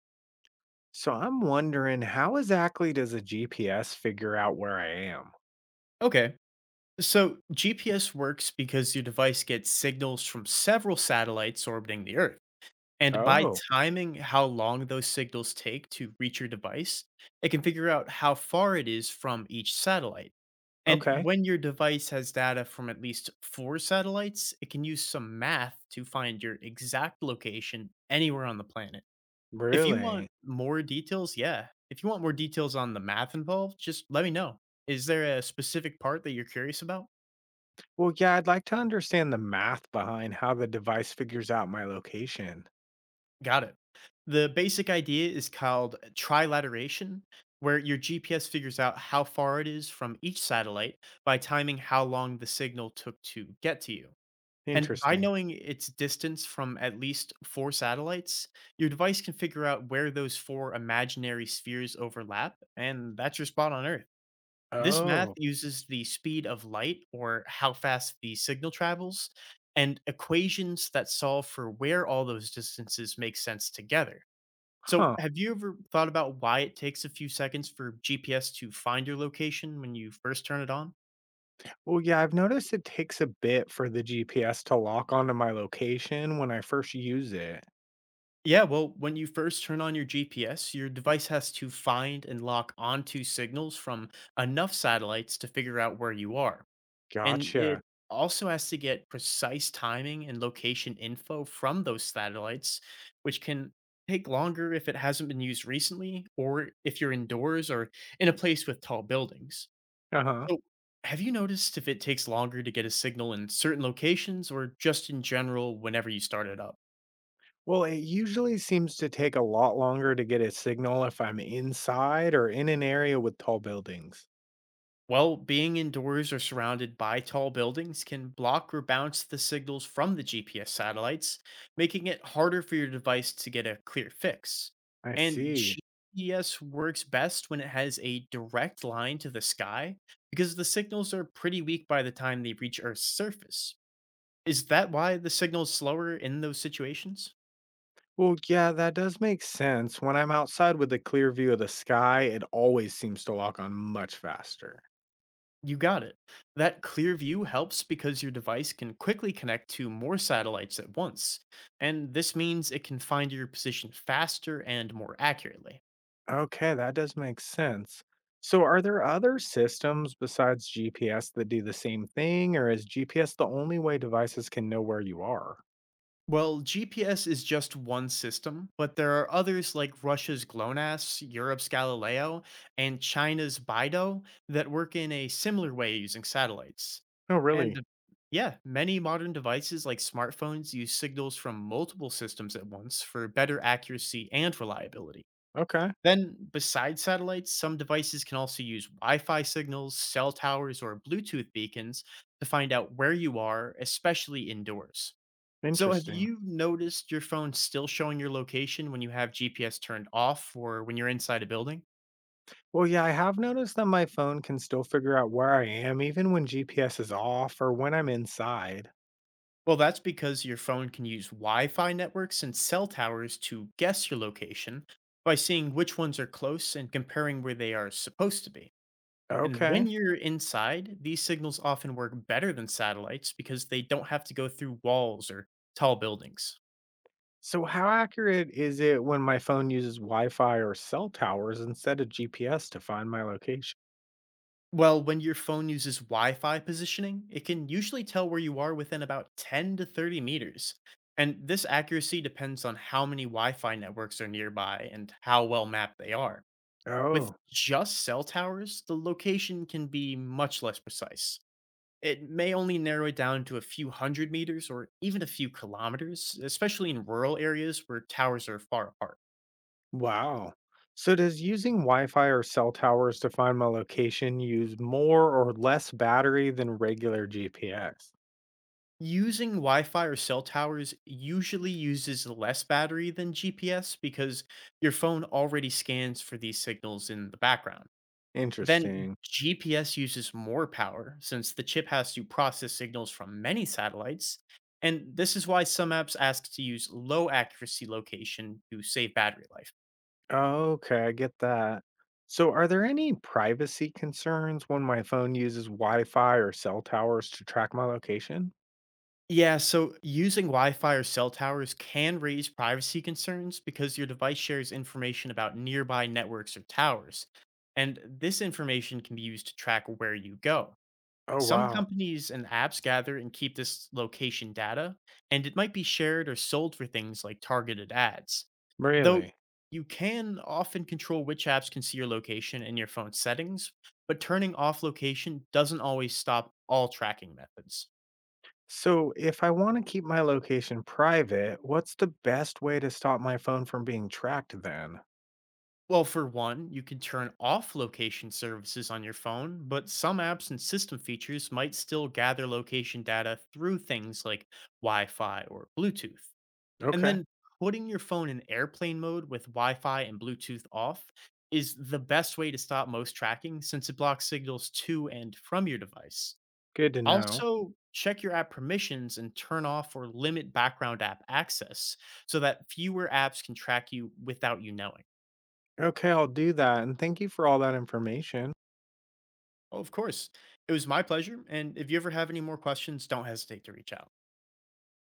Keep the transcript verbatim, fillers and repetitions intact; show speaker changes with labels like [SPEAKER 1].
[SPEAKER 1] So I'm wondering, how exactly does a G P S figure out where I am?
[SPEAKER 2] Okay. So G P S works because your device gets signals from several satellites orbiting the Earth. And by
[SPEAKER 1] Oh,
[SPEAKER 2] timing how long those signals take to reach your device, it can figure out how far it is from each satellite. And
[SPEAKER 1] okay.
[SPEAKER 2] when your device has data from at least four satellites, it can use some math to find your exact location anywhere on the planet. If you want
[SPEAKER 1] Really?
[SPEAKER 2] more details, yeah. If you want more details on the math involved, just let me know. Is there a specific part that you're curious about?
[SPEAKER 1] Well, yeah, I'd like to understand the math behind how the device figures out my location.
[SPEAKER 2] Got it. The basic idea is called uh, trilateration, where your G P S figures out how far it is from each satellite by timing how long the signal took to get to you. And by
[SPEAKER 1] Interesting.
[SPEAKER 2] knowing its distance from at least four satellites, your device can figure out where those four imaginary spheres overlap, and that's your spot on Earth. This math
[SPEAKER 1] Oh,
[SPEAKER 2] uses the speed of light, or how fast the signal travels, and equations that solve for where all those distances make sense together. So,
[SPEAKER 1] huh.
[SPEAKER 2] have you ever thought about why it takes a few seconds for G P S to find your location when you first turn it on?
[SPEAKER 1] Well, yeah, I've noticed it takes a bit for the G P S to lock onto my location when I first use it.
[SPEAKER 2] Yeah, well, when you first turn on your G P S, your device has to find and lock onto signals from enough satellites to figure out where you are. And it
[SPEAKER 1] Gotcha.
[SPEAKER 2] also has to get precise timing and location info from those satellites, which can take longer if it hasn't been used recently or if you're indoors or in a place with tall buildings.
[SPEAKER 1] Uh huh.
[SPEAKER 2] So, have you noticed if it takes longer to get a signal in certain locations or just in general whenever you start it up?
[SPEAKER 1] Well, it usually seems to take a lot longer to get a signal if I'm inside or in an area with tall buildings.
[SPEAKER 2] Well, being indoors or surrounded by tall buildings can block or bounce the signals from the G P S satellites, making it harder for your device to get a clear fix.
[SPEAKER 1] I
[SPEAKER 2] And
[SPEAKER 1] see.
[SPEAKER 2] G P S works best when it has a direct line to the sky because the signals are pretty weak by the time they reach Earth's surface. Is that why the signal's slower in those situations?
[SPEAKER 1] Well, yeah, that does make sense. When I'm outside with a clear view of the sky, it always seems to lock on much faster.
[SPEAKER 2] You got it. That clear view helps because your device can quickly connect to more satellites at once, and this means it can find your position faster and more accurately.
[SPEAKER 1] Okay, that does make sense. So, are there other systems besides G P S that do the same thing, or is G P S the only way devices can know where you are?
[SPEAKER 2] Well, G P S is just one system, but there are others like Russia's GLONASS, Europe's Galileo, and China's BeiDou that work in a similar way using satellites.
[SPEAKER 1] Oh,
[SPEAKER 2] And uh,
[SPEAKER 1] really?
[SPEAKER 2] yeah, many modern devices like smartphones use signals from multiple systems at once for better accuracy and reliability.
[SPEAKER 1] Okay,
[SPEAKER 2] Then, besides satellites, some devices can also use Wi Fi signals, cell towers, or Bluetooth beacons to find out where you are, especially indoors. So, have
[SPEAKER 1] interesting.
[SPEAKER 2] you noticed your phone still showing your location when you have G P S turned off or when you're inside a building?
[SPEAKER 1] Well, yeah, I have noticed that my phone can still figure out where I am even when G P S is off or when I'm inside.
[SPEAKER 2] Well, that's because your phone can use Wi Fi networks and cell towers to guess your location by seeing which ones are close and comparing where they are supposed to be. And when
[SPEAKER 1] Okay.
[SPEAKER 2] you're inside, these signals often work better than satellites because they don't have to go through walls or tall buildings.
[SPEAKER 1] So how accurate is it when my phone uses Wi-Fi or cell towers instead of G P S to find my location?
[SPEAKER 2] Well, when your phone uses Wi Fi positioning, it can usually tell where you are within about ten to thirty meters. And this accuracy depends on how many Wi Fi networks are nearby and how well mapped they are. With
[SPEAKER 1] Oh,
[SPEAKER 2] just cell towers, the location can be much less precise. It may only narrow it down to a few hundred meters or even a few kilometers, especially in rural areas where towers are far apart.
[SPEAKER 1] wow. So does using Wi-Fi or cell towers to find my location use more or less battery than regular G P S?
[SPEAKER 2] Using Wi Fi or cell towers usually uses less battery than G P S because your phone already scans for these signals in the background. Then
[SPEAKER 1] Interesting.
[SPEAKER 2] G P S uses more power since the chip has to process signals from many satellites. And this is why some apps ask to use low accuracy location to save battery life.
[SPEAKER 1] Okay, I get that. So are there any privacy concerns when my phone uses Wi-Fi or cell towers to track my location?
[SPEAKER 2] Yeah, so using Wi-Fi or cell towers can raise privacy concerns because your device shares information about nearby networks or towers. And this information can be used to track where you go.
[SPEAKER 1] Oh,
[SPEAKER 2] Some
[SPEAKER 1] wow.
[SPEAKER 2] companies and apps gather and keep this location data, and it might be shared or sold for things like targeted ads. Though
[SPEAKER 1] Really?
[SPEAKER 2] you can often control which apps can see your location in your phone settings, but turning off location doesn't always stop all tracking methods.
[SPEAKER 1] So, if I want to keep my location private, what's the best way to stop my phone from being tracked then?
[SPEAKER 2] Well, for one, you can turn off location services on your phone, but some apps and system features might still gather location data through things like Wi Fi or Bluetooth. And
[SPEAKER 1] Okay,
[SPEAKER 2] then putting your phone in airplane mode with Wi Fi and Bluetooth off is the best way to stop most tracking since it blocks signals to and from your device.
[SPEAKER 1] good to know.
[SPEAKER 2] Also, check your app permissions and turn off or limit background app access so that fewer apps can track you without you knowing.
[SPEAKER 1] Okay, I'll do that. And thank you for all that information.
[SPEAKER 2] Oh, of course. It was my pleasure. And if you ever have any more questions, don't hesitate to reach out.